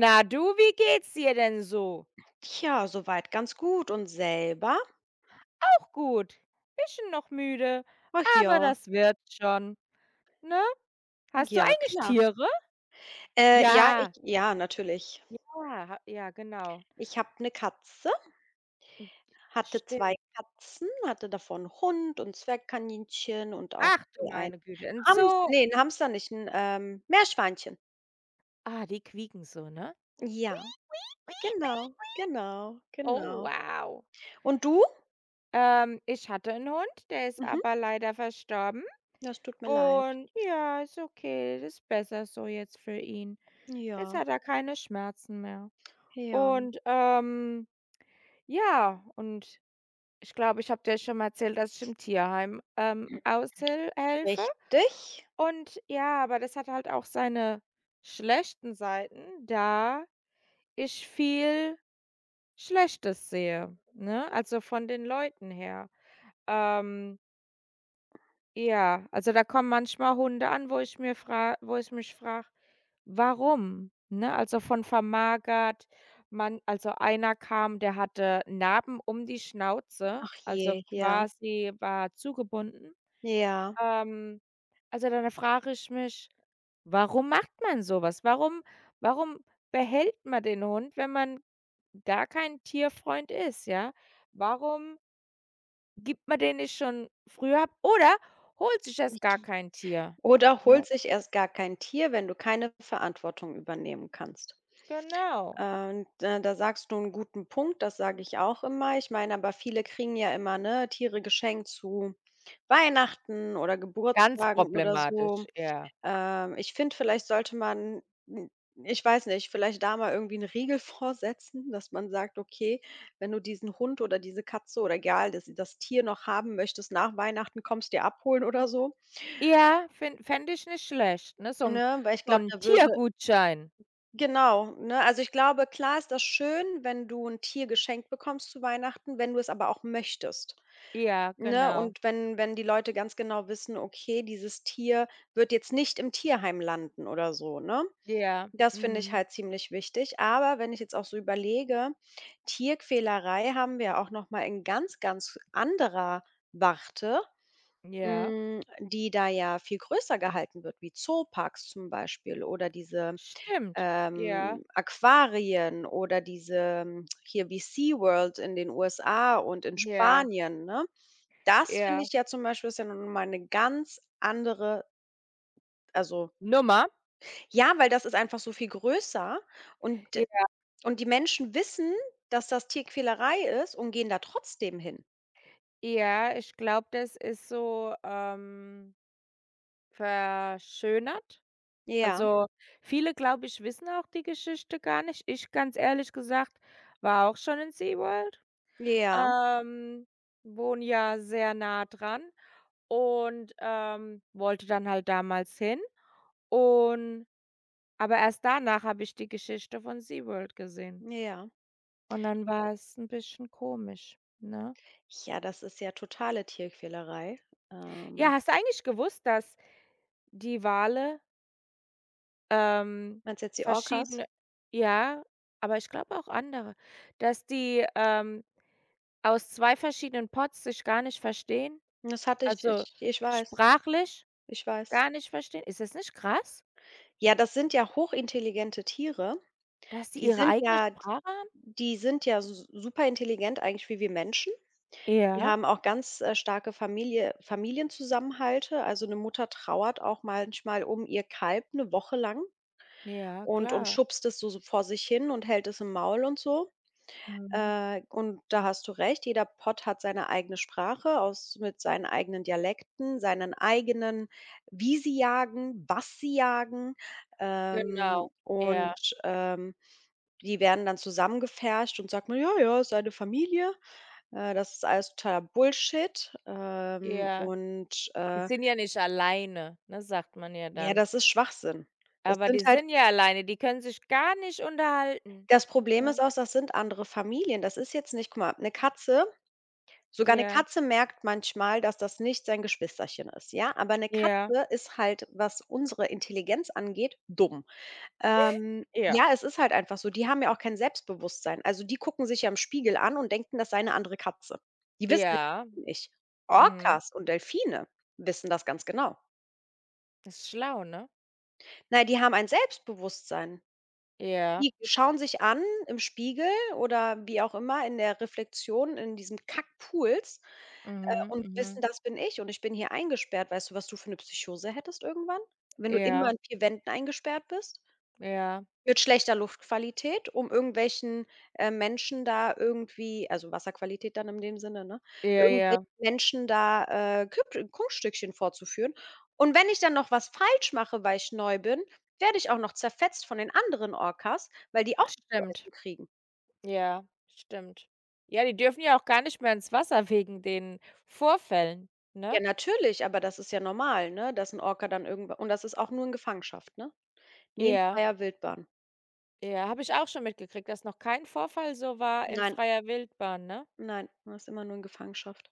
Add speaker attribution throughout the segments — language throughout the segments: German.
Speaker 1: Na du, wie geht's dir denn so?
Speaker 2: Tja, soweit ganz gut und selber?
Speaker 1: Auch gut. Bisschen noch müde,
Speaker 2: Ach
Speaker 1: aber
Speaker 2: ja,
Speaker 1: das wird schon, ne? Hast du
Speaker 2: ja
Speaker 1: eigentlich
Speaker 2: klar.
Speaker 1: Tiere?
Speaker 2: Ja, ich
Speaker 1: Ja.
Speaker 2: ja, natürlich.
Speaker 1: Ah, ha ja, genau.
Speaker 2: Ich habe eine Katze, hatte 2
Speaker 1: Stimmt.
Speaker 2: Katzen, hatte davon 'n Hund und Zwergkaninchen und auch
Speaker 1: Ach du
Speaker 2: ein
Speaker 1: meine Güte, 'n
Speaker 2: Hamster.
Speaker 1: Zoo.
Speaker 2: Ne, 'n Hamster nicht, 'n, Meerschweinchen.
Speaker 1: Ah, die quieken so, ne?
Speaker 2: Ja, genau, genau,
Speaker 1: Oh,
Speaker 2: genau.
Speaker 1: wow.
Speaker 2: Und du?
Speaker 1: Ich hatte einen Hund, der ist
Speaker 2: Mhm,
Speaker 1: aber leider verstorben
Speaker 2: das tut mir leid.
Speaker 1: und ja, ist okay, das ist besser so jetzt für ihn. Jetzt
Speaker 2: Ja,
Speaker 1: hat er keine Schmerzen mehr
Speaker 2: ja.
Speaker 1: und, ja, und ich glaube, ich habe dir schon mal erzählt, dass ich im Tierheim, aushil.
Speaker 2: Richtig.
Speaker 1: Und ja, aber das hat halt auch seine schlechten Seiten, da ich viel Schlechtes sehe, ne, also von den Leuten her. Ähm ja, also da kommen manchmal Hunde an, wo ich mich frage: „Warum?“ Ne, also von vermagert. Man Also einer kam, der hatte Narben um die Schnauze,
Speaker 2: Ach
Speaker 1: also
Speaker 2: je, ja,
Speaker 1: quasi war zugebunden.
Speaker 2: ja.
Speaker 1: Ähm, also dann frage ich mich: „Warum macht man sowas? Warum behält man den Hund, wenn man gar kein Tierfreund ist, ja? Warum gibt man den nicht schon früher ab oder holt sich erst gar kein Tier,
Speaker 2: Oder
Speaker 1: ne?
Speaker 2: holt sich erst gar kein Tier, wenn du keine Verantwortung übernehmen kannst.
Speaker 1: Genau.
Speaker 2: Und, da sagst du einen guten Punkt, das sage ich auch immer. Ich meine, aber viele kriegen ja immer, ne, Tiere geschenkt zu Weihnachten oder
Speaker 1: Ganz
Speaker 2: Geburtstagen oder so.
Speaker 1: problematisch, ja.
Speaker 2: Ich finde, vielleicht sollte man n ich weiß nicht, vielleicht da mal irgendwie 'n Riegel vorsetzen, dass man sagt: „Okay, wenn du diesen Hund oder diese Katze oder egal, das das Tier noch haben möchtest, nach Weihnachten kommst du dir abholen oder so“,
Speaker 1: Ja, fin fände ich nicht schlecht, ne?
Speaker 2: ne? Weil ich
Speaker 1: So
Speaker 2: glaube,
Speaker 1: 'n
Speaker 2: da würde.
Speaker 1: Tiergutschein.
Speaker 2: Genau, ne? Also, ich glaube, klar ist das schön, wenn du ein Tier geschenkt bekommst zu Weihnachten, wenn du es aber auch möchtest,
Speaker 1: Ja,
Speaker 2: ne?
Speaker 1: genau.
Speaker 2: Und wenn die Leute ganz genau wissen: „Okay, dieses Tier wird jetzt nicht im Tierheim landen“ oder so, ne?
Speaker 1: Ja,
Speaker 2: Das finde ich
Speaker 1: mhm.
Speaker 2: halt ziemlich wichtig. Aber wenn ich jetzt auch so überlege, Tierquälerei haben wir auch noch mal in ganz, ganz anderer Warte,
Speaker 1: Ja,
Speaker 2: hm, die da ja viel größer gehalten wird, wie Zooparks zum Beispiel oder diese
Speaker 1: stimmt. Ja,
Speaker 2: Aquarien oder diese hier wie SeaWorld in den USA und in
Speaker 1: ja,
Speaker 2: Spanien, ne? Das
Speaker 1: ja.
Speaker 2: finde ich ja zum Beispiel ist ja nun mal eine ganz andere also
Speaker 1: Nummer?
Speaker 2: ja, weil das ist einfach so viel größer und
Speaker 1: J
Speaker 2: und die Menschen wissen, dass das Tierquälerei ist und gehen da trotzdem hin.
Speaker 1: ja, ich glaube, das ist so, verschönert.
Speaker 2: Ja,
Speaker 1: Also, viele, glaube ich, wissen auch die Geschichte gar nicht. Ich, ganz ehrlich gesagt, war auch schon in SeaWorld,
Speaker 2: ja,
Speaker 1: ähm, wohne ja sehr nah dran und, wollte dann halt damals hin und aber erst danach habe ich die Geschichte von SeaWorld gesehen
Speaker 2: ja.
Speaker 1: und dann war es ein bisschen komisch, ne?
Speaker 2: Ja, das ist ja totale Tierquälerei. Ähm,
Speaker 1: Ja, hast du eigentlich gewusst, dass die Wale Ähm,
Speaker 2: meinst du jetzt die Orcas?
Speaker 1: verschiedene ja, aber ich glaube auch andere, dass die, aus 2 verschiedenen Pods sich gar nicht verstehen,
Speaker 2: Das hatte ich.
Speaker 1: also,
Speaker 2: Ich weiß,
Speaker 1: sprachlich
Speaker 2: ich weiß.
Speaker 1: gar nicht verstehen. Ist das nicht krass,
Speaker 2: Ja, das sind ja hochintelligente Tiere.
Speaker 1: dass die
Speaker 2: Die
Speaker 1: ihre
Speaker 2: sind
Speaker 1: eigene
Speaker 2: ja
Speaker 1: Sprache haben?
Speaker 2: die sind ja super intelligent eigentlich wie wir Menschen. Die
Speaker 1: Ja,
Speaker 2: haben auch ganz, starke Familienzusammenhalte. Also, eine Mutter trauert auch manchmal um ihr Kalb eine Woche lang
Speaker 1: ja,
Speaker 2: und
Speaker 1: klar.
Speaker 2: schubst es so so vor sich hin und hält es im Maul und so.
Speaker 1: Mhm.
Speaker 2: Und da hast du recht, jeder Pott hat seine eigene Sprache aus mit seinen eigenen Dialekten, seinen eigenen, wie sie jagen, was sie jagen.
Speaker 1: Genau. Ja,
Speaker 2: Und, die werden dann zusammengepfercht und sagt man: „Ja, ja, ist eine Familie.“ Das ist alles totaler Bullshit. Ähm,
Speaker 1: ja.
Speaker 2: und,
Speaker 1: Die
Speaker 2: äh,
Speaker 1: sind ja nicht alleine, ne, sagt man ja
Speaker 2: ja,
Speaker 1: dann.
Speaker 2: das ist Schwachsinn. Das
Speaker 1: Aber
Speaker 2: sind
Speaker 1: die
Speaker 2: halt
Speaker 1: sind ja alleine, die können sich gar nicht unterhalten,
Speaker 2: das Problem ist
Speaker 1: ne?
Speaker 2: auch, das sind andere Familien. Das ist jetzt nicht, guck mal, eine Katze. Sogar eine
Speaker 1: Ja,
Speaker 2: Katze merkt manchmal, dass das nicht sein Geschwisterchen ist, ja? Aber eine
Speaker 1: ja,
Speaker 2: Katze ist halt, was unsere Intelligenz angeht, dumm. Ähm,
Speaker 1: ja,
Speaker 2: ja, es ist halt einfach so. Die haben ja auch kein Selbstbewusstsein. Also, die gucken sich ja im Spiegel an und denken, das sei eine andere Katze. Die wissen
Speaker 1: ja.
Speaker 2: nicht.
Speaker 1: Mhm.
Speaker 2: Orcas und Delfine wissen das ganz genau.
Speaker 1: Das ist schlau, ne?
Speaker 2: Nein, die haben ein Selbstbewusstsein.
Speaker 1: Ja.
Speaker 2: Die schauen sich an im Spiegel oder wie auch immer in der Reflexion in diesem Kackpools,
Speaker 1: Mhm,
Speaker 2: und wissen,
Speaker 1: mhm.
Speaker 2: das bin ich und ich bin hier eingesperrt. Weißt du, was du für eine Psychose hättest irgendwann, wenn du immer
Speaker 1: Ja,
Speaker 2: in 4 Wänden eingesperrt bist?
Speaker 1: ja,
Speaker 2: Mit schlechter Luftqualität, um irgendwelchen, Menschen da irgendwie also Wasserqualität dann in dem Sinne, ne,
Speaker 1: ja,
Speaker 2: irgendwelchen
Speaker 1: ja.
Speaker 2: Menschen da, Kip Kunststückchen vorzuführen. Und wenn ich dann noch was falsch mache, weil ich neu bin, werde ich auch noch zerfetzt von den anderen Orcas, weil die auch nichts zu
Speaker 1: Stimmt.
Speaker 2: essen kriegen.
Speaker 1: Ja, stimmt. Ja, die dürfen ja auch gar nicht mehr ins Wasser wegen den Vorfällen, ne?
Speaker 2: Ja, natürlich, aber das ist ja normal, ne, dass ein Orca dann irgendwa und das ist auch nur in Gefangenschaft, ne? Nie in
Speaker 1: Ja,
Speaker 2: freier Wildbahn.
Speaker 1: ja, habe ich auch schon mitgekriegt, dass noch kein Vorfall so war in
Speaker 2: Nein,
Speaker 1: freier Wildbahn, ne?
Speaker 2: nein, das ist immer nur in Gefangenschaft.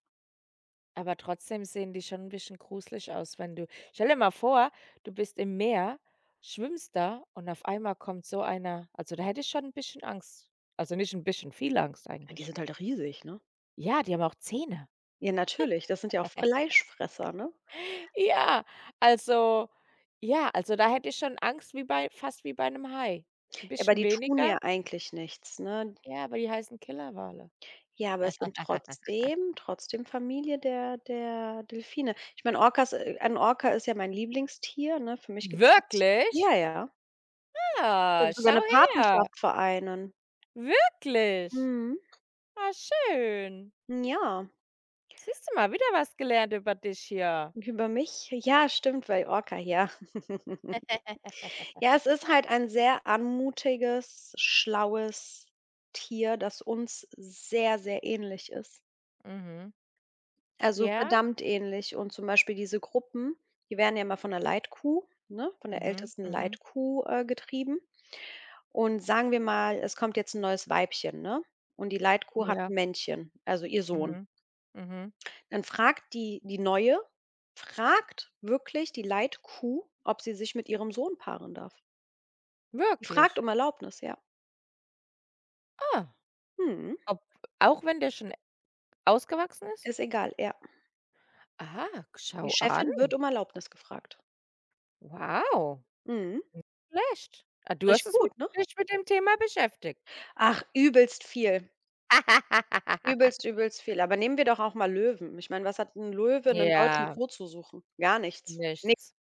Speaker 1: Aber trotzdem sehen die schon 'n bisschen gruselig aus, wenn du stell dir mal vor, du bist im Meer, schwimmst da und auf einmal kommt so einer. Also, da hätte ich schon 'n bisschen Angst. Also, nicht 'n bisschen, viel Angst
Speaker 2: Ja, die
Speaker 1: eigentlich.
Speaker 2: sind halt riesig, ne?
Speaker 1: Ja, die haben auch Zähne.
Speaker 2: Ja, natürlich, das sind ja auch Fleischfresser, ne?
Speaker 1: Ja, also ja, also da hätte ich schon Angst wie bei fast wie bei 'nem Hai. 'N
Speaker 2: Aber
Speaker 1: bisschen
Speaker 2: die tun ja
Speaker 1: weniger,
Speaker 2: eigentlich nichts, ne?
Speaker 1: ja, aber die heißen Killerwale.
Speaker 2: Ja, aber es sind trotzdem Familie der Delfine. Ich meine, Orcas ein Orca ist ja mein Lieblingstier, ne? Für mich gibt's nix
Speaker 1: Wirklich?
Speaker 2: ja, ja. Ich würde
Speaker 1: Ja,
Speaker 2: sogar
Speaker 1: schau
Speaker 2: eine
Speaker 1: her,
Speaker 2: Patenschaft vereinen.
Speaker 1: wirklich.
Speaker 2: Mhm.
Speaker 1: Ah, schön.
Speaker 2: Ja,
Speaker 1: Siehst du mal, wieder was gelernt über dich hier.
Speaker 2: über mich? Ja, stimmt, weil Orca, ja. Ja, es ist halt ein sehr anmutiges, schlaues Tier, das uns sehr, sehr ähnlich ist.
Speaker 1: Mhm.
Speaker 2: Also,
Speaker 1: Ja?
Speaker 2: verdammt ähnlich und zum Beispiel diese Gruppen, die werden ja mal von der Leitkuh, ne, von der
Speaker 1: Mhm,
Speaker 2: ältesten
Speaker 1: mhm.
Speaker 2: Leitkuh, getrieben. Und sagen wir mal, es kommt jetzt ein neues Weibchen, ne? Und die Leitkuh hat
Speaker 1: Ja.
Speaker 2: ein Männchen, also ihr Sohn.
Speaker 1: Mhm. Mhm.
Speaker 2: Dann fragt die Neue fragt wirklich die Leitkuh, ob sie sich mit ihrem Sohn paaren darf. Die fragt
Speaker 1: Wirklich?
Speaker 2: um Erlaubnis, ja.
Speaker 1: Ah,
Speaker 2: Mhm.
Speaker 1: ob auch wenn der schon ausgewachsen ist?
Speaker 2: Ist egal, ja.
Speaker 1: Ah,
Speaker 2: Die
Speaker 1: schau an.
Speaker 2: Chefin wird um Erlaubnis gefragt.
Speaker 1: Wow.
Speaker 2: Mhm.
Speaker 1: Schlecht. Ah, du hast
Speaker 2: Richtig
Speaker 1: es mit
Speaker 2: gut, ne?
Speaker 1: dich mit dem Thema beschäftigt.
Speaker 2: Ach, übelst viel. Übelst, übelst viel. Aber nehmen wir doch auch mal Löwen. Ich meine, was hat 'n Löwe in 'nem deutschen
Speaker 1: Ja,
Speaker 2: Zoo zu suchen? Gar nichts. Ne,
Speaker 1: nichts.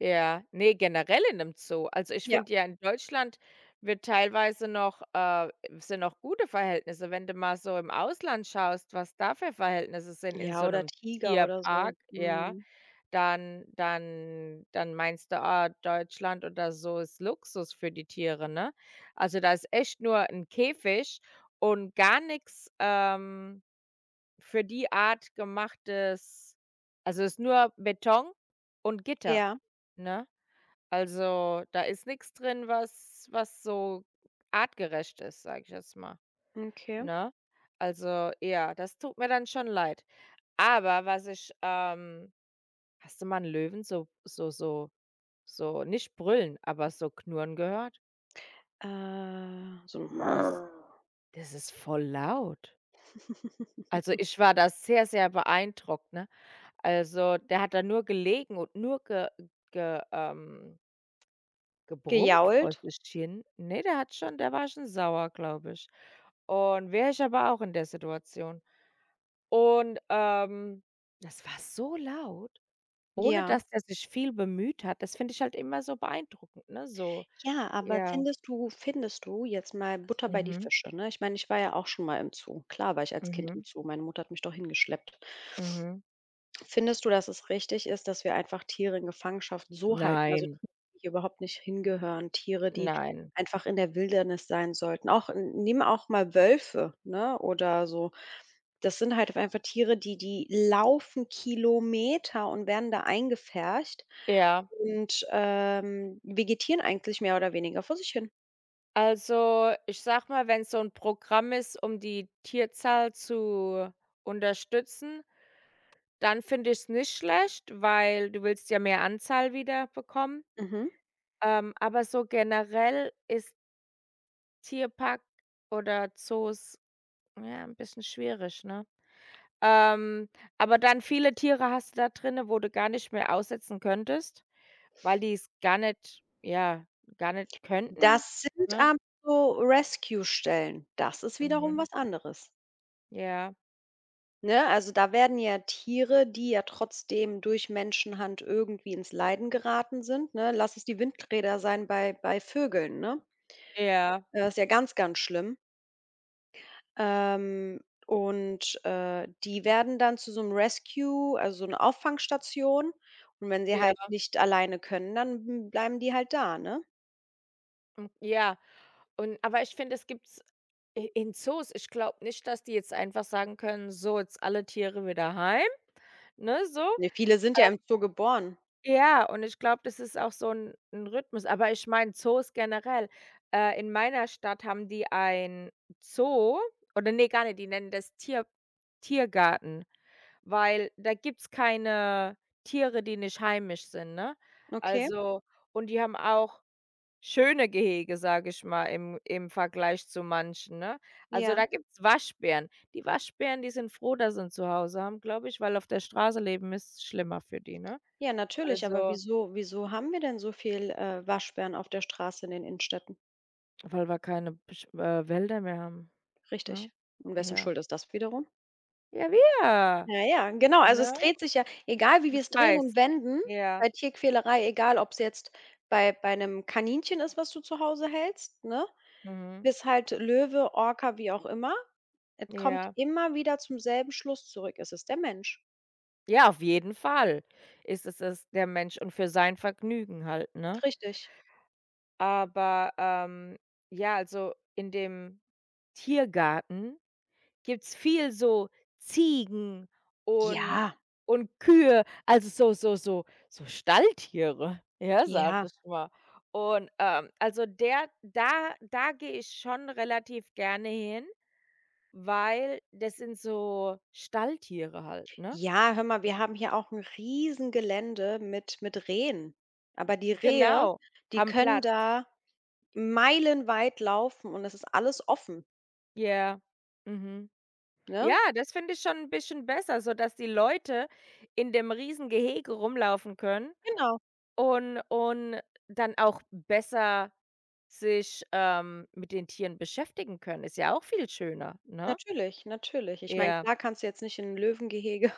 Speaker 1: Ja, ne, generell in 'nem Zoo. Also, ich
Speaker 2: ja.
Speaker 1: finde ja, in Deutschland wird teilweise noch sind noch gute Verhältnisse. Wenn du mal so im Ausland schaust, was da für Verhältnisse sind in
Speaker 2: Ja,
Speaker 1: so
Speaker 2: oder
Speaker 1: 'nem
Speaker 2: Tiger oder so.
Speaker 1: Tierpark, ja,
Speaker 2: Mhm.
Speaker 1: dann dann dann meinst du, ah, Deutschland oder so ist Luxus für die Tiere, ne? Also, da ist echt nur 'n Käfig und gar nix, für die Art gemachtes also, ist nur Beton und Gitter,
Speaker 2: Ja,
Speaker 1: ne? Also, da ist nichts drin, was was so artgerecht ist, sage ich jetzt mal,
Speaker 2: okay.
Speaker 1: ne? Also, ja, das tut mir dann schon leid. Aber was ich hast du mal 'n Löwen so nicht brüllen, aber so knurren gehört?
Speaker 2: So 'n
Speaker 1: Es das ist voll laut. Also, ich war da sehr, sehr beeindruckt, ne? Also, der hat da nur gelegen und nur ge ge gebrummt vors
Speaker 2: Gejault?
Speaker 1: Äschchen? Ne, der hat schon der war schon sauer, glaube ich. Und wäre ich aber auch in der Situation. Und, das war so laut, ohne
Speaker 2: Ja.
Speaker 1: dass der sich viel bemüht hat. Das finde ich halt immer so beeindruckend, ne, so.
Speaker 2: Ja, aber
Speaker 1: Ja.
Speaker 2: findest du jetzt mal Butter bei die
Speaker 1: Mhm.
Speaker 2: Fische, ne? Ich meine, ich war ja auch schon mal im Zoo. Klar war ich als Kind im
Speaker 1: Mhm.
Speaker 2: Zoo. Meine Mutter hat mich doch hingeschleppt.
Speaker 1: Mhm.
Speaker 2: Findest du, dass es richtig ist, dass wir einfach Tiere in Gefangenschaft so halten? Also, Tiere,
Speaker 1: Nein,
Speaker 2: die hier überhaupt nicht hingehören, Tiere, die
Speaker 1: nein.
Speaker 2: einfach in der Wildernis sein sollten. Auch n nehmen auch mal Wölfe, ne, oder so. Das sind halt einfach Tiere, die laufen Kilometer und werden da eingepfercht
Speaker 1: Ja,
Speaker 2: und, vegetieren eigentlich mehr oder weniger vor sich hin.
Speaker 1: also, ich sag mal, wenn's so 'n Programm ist, um die Tierzahl zu unterstützen. Dann finde ich es nicht schlecht, weil du willst ja mehr Anzahl wieder bekommen.
Speaker 2: Mhm.
Speaker 1: Aber so generell ist Tierpark oder Zoos, ja, ein bisschen schwierig, ne? Ähm, aber dann viele Tiere hast du da drinne, wo du gar nicht mehr aussetzen könntest, weil die es gar nicht ja, gar nicht könnten,
Speaker 2: Das sind
Speaker 1: ne?
Speaker 2: aber so Rescue-Stellen. Das ist wiederum
Speaker 1: Mhm.
Speaker 2: was anderes.
Speaker 1: Ja,
Speaker 2: Ne, also da werden ja Tiere, die ja trotzdem durch Menschenhand irgendwie ins Leiden geraten sind, ne? Lass es die Windräder sein bei Vögeln, ne?
Speaker 1: ja,
Speaker 2: Ist ja ganz, ganz schlimm. Ähm, und die werden dann zu so einem Rescue, also so eine Auffangstation. Und wenn sie halt
Speaker 1: ja,
Speaker 2: nicht alleine können, dann bleiben die halt da, ne?
Speaker 1: hm, ja. Und aber ich finde, es gibt I in Zoos ich glaube nicht, dass die jetzt einfach sagen können: „So, jetzt alle Tiere wieder heim“, ne, so.
Speaker 2: Ne, viele sind ja im Zoo geboren.
Speaker 1: Ja, und ich glaube, das ist auch so ein 'n Rhythmus. Aber ich meine Zoos generell. In meiner Stadt haben die ein Zoo oder nee gar nicht, die nennen das Tiergarten, weil da gibt's keine Tiere, die nicht heimisch sind, ne?
Speaker 2: Okay,
Speaker 1: Also und die haben auch schöne Gehege, sage ich mal, im im Vergleich zu manchen, ne? Also,
Speaker 2: ja.
Speaker 1: da gibt's Waschbären. Die Waschbären, die sind froh, dass sie 'n Zuhause haben, glaube ich, weil auf der Straße leben ist schlimmer für die, ne?
Speaker 2: Ja, natürlich, aber
Speaker 1: Also,
Speaker 2: wieso haben wir denn so viel, Waschbären auf der Straße in den Innenstädten?
Speaker 1: weil wir keine Besch Wälder mehr haben,
Speaker 2: Richtig.
Speaker 1: ne?
Speaker 2: Und wessen
Speaker 1: Ja.
Speaker 2: Schuld ist das wiederum?
Speaker 1: Ja, wir,
Speaker 2: Ja, ja, genau. Also, es
Speaker 1: ne?
Speaker 2: dreht sich ja egal wie wir
Speaker 1: Ich
Speaker 2: es drehen und
Speaker 1: weiß.
Speaker 2: wenden,
Speaker 1: Ja,
Speaker 2: bei Tierquälerei, egal ob es jetzt bei einem Kaninchen ist, was du zu Hause hältst, ne,
Speaker 1: mhm,
Speaker 2: bis halt Löwe, Orca, wie auch immer. Es kommt
Speaker 1: ja.
Speaker 2: immer wieder zum selben Schluss zurück. Es ist der Mensch.
Speaker 1: Ja, auf jeden Fall ist es der Mensch und für sein Vergnügen halt, ne?
Speaker 2: Richtig.
Speaker 1: Aber, ja, also in dem Tiergarten gibt's viel so Ziegen und
Speaker 2: Ja,
Speaker 1: und Kühe, also so Stalltiere, ja, sage
Speaker 2: ja,
Speaker 1: ich mal. Und, also der da da gehe ich schon relativ gerne hin, weil das sind so Stalltiere halt, ne?
Speaker 2: ja, hör mal, wir haben hier auch 'n Riesengelände mit Rehen. Aber die Rehe,
Speaker 1: Genau,
Speaker 2: die
Speaker 1: haben
Speaker 2: können
Speaker 1: Platz.
Speaker 2: da meilenweit laufen und es ist alles offen.
Speaker 1: Ja, mhm. Ja,
Speaker 2: Ne?
Speaker 1: das finde ich schon 'n bisschen besser, sodass die Leute in dem riesen Gehege rumlaufen können.
Speaker 2: Genau,
Speaker 1: Und dann auch besser sich, mit den Tieren beschäftigen können, ist ja auch viel schöner, ne?
Speaker 2: natürlich, natürlich. Ich meine,
Speaker 1: Ja.
Speaker 2: klar kannst du jetzt nicht in 'n Löwengehege,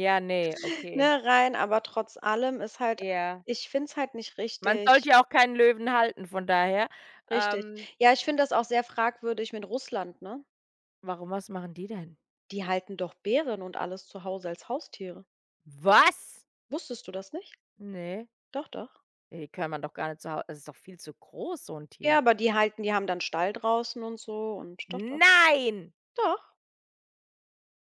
Speaker 1: Ja, ne, okay.
Speaker 2: ne, rein, aber trotz allem ist halt
Speaker 1: Ja.
Speaker 2: ich finde es halt nicht
Speaker 1: Man
Speaker 2: richtig.
Speaker 1: sollte ja auch keinen Löwen halten, von daher.
Speaker 2: Richtig.
Speaker 1: Ähm,
Speaker 2: Ja, ich finde das auch sehr fragwürdig mit Russland, ne?
Speaker 1: Warum was machen die denn?
Speaker 2: Die halten doch Bären und alles zu Hause als Haustiere.
Speaker 1: Was?
Speaker 2: Wusstest du das nicht?
Speaker 1: Ne,
Speaker 2: Doch, doch.
Speaker 1: die kann man doch gar nicht zu Hau das ist doch viel zu groß, so 'n
Speaker 2: Ja,
Speaker 1: Tier.
Speaker 2: aber die haben dann Stall draußen und so und doch, doch.
Speaker 1: Nein!
Speaker 2: Doch.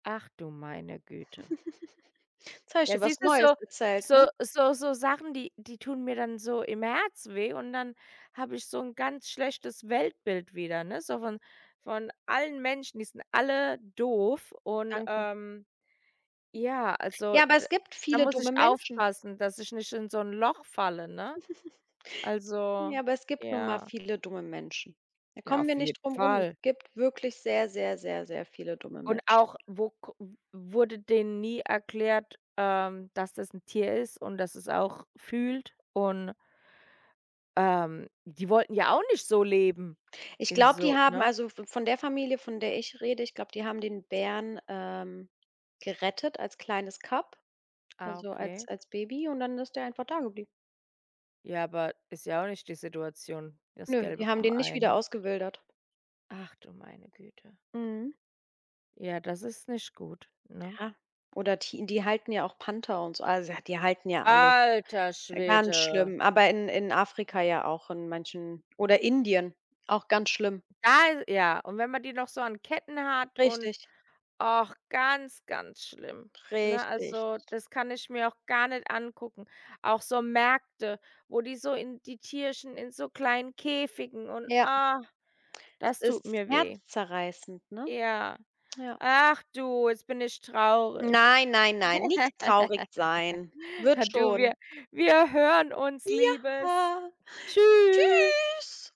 Speaker 1: Ach du meine Güte.
Speaker 2: Jetzt habe ich
Speaker 1: Ja,
Speaker 2: dir was
Speaker 1: siehst du,
Speaker 2: Neues erzählt,
Speaker 1: so
Speaker 2: ne?
Speaker 1: so Sachen, die tun mir dann so im Herz weh und dann habe ich so ein ganz schlechtes Weltbild wieder, ne? So von allen Menschen, die sind alle doof und,
Speaker 2: Danke.
Speaker 1: ähm, ja, also
Speaker 2: Ja, aber
Speaker 1: d
Speaker 2: es gibt
Speaker 1: da
Speaker 2: viele
Speaker 1: muss ich
Speaker 2: dumme Menschen.
Speaker 1: aufpassen, dass ich nicht in so ein Loch falle, ne?
Speaker 2: Ja,
Speaker 1: Also,
Speaker 2: aber es gibt nun mal
Speaker 1: ja,
Speaker 2: viele dumme Menschen. Da
Speaker 1: ja,
Speaker 2: kommen wir
Speaker 1: auf jeden
Speaker 2: nicht drum rum. Es
Speaker 1: Fall.
Speaker 2: gibt wirklich sehr, sehr, sehr, sehr viele dumme
Speaker 1: Und
Speaker 2: Menschen.
Speaker 1: auch, wo ko wurde denen nie erklärt, dass das ein Tier ist und dass es auch fühlt und die wollten ja auch nicht so leben
Speaker 2: Ich
Speaker 1: in
Speaker 2: glaube, die
Speaker 1: so
Speaker 2: haben
Speaker 1: ne?
Speaker 2: also v von der Familie, von der ich rede, ich glaube, die haben den Bären, gerettet als kleines Cub,
Speaker 1: Ah,
Speaker 2: also als
Speaker 1: okay.
Speaker 2: als Baby und dann ist der einfach da geblieben.
Speaker 1: Ja, aber ist ja auch nicht die Situation, das
Speaker 2: Nö,
Speaker 1: Gelbe
Speaker 2: die haben
Speaker 1: vom
Speaker 2: den nicht
Speaker 1: Ei,
Speaker 2: wieder
Speaker 1: ne?
Speaker 2: ausgewildert.
Speaker 1: Ach du meine Güte.
Speaker 2: Mhm.
Speaker 1: Ja, das ist nicht gut, ne?
Speaker 2: Ja. Oder Ti die halten ja auch Panther und so. Also, ja, die halten ja alle.
Speaker 1: Alter
Speaker 2: Ja, ganz
Speaker 1: Schwede.
Speaker 2: schlimm, aber in Afrika ja auch in manchen oder Indien, auch ganz schlimm.
Speaker 1: Da ja, und wenn man die noch so an Ketten hat und
Speaker 2: Richtig,
Speaker 1: ach ganz, ganz schlimm, ne?
Speaker 2: richtig.
Speaker 1: Also, das kann ich mir auch gar nicht angucken. Auch so Märkte, wo die so in die Tierchen in so kleinen Käfigen und,
Speaker 2: Ja.
Speaker 1: ah. Das
Speaker 2: Es
Speaker 1: tut
Speaker 2: ist
Speaker 1: mir weh.
Speaker 2: herzzerreißend, ne?
Speaker 1: Ja.
Speaker 2: Ja.
Speaker 1: Ach du, jetzt bin ich traurig.
Speaker 2: Nein, nein, nein, nix traurig sein. Wird
Speaker 1: Du,
Speaker 2: schon.
Speaker 1: wir hören uns, Liebes.
Speaker 2: Ja.
Speaker 1: Tschüss.
Speaker 2: Tschüss.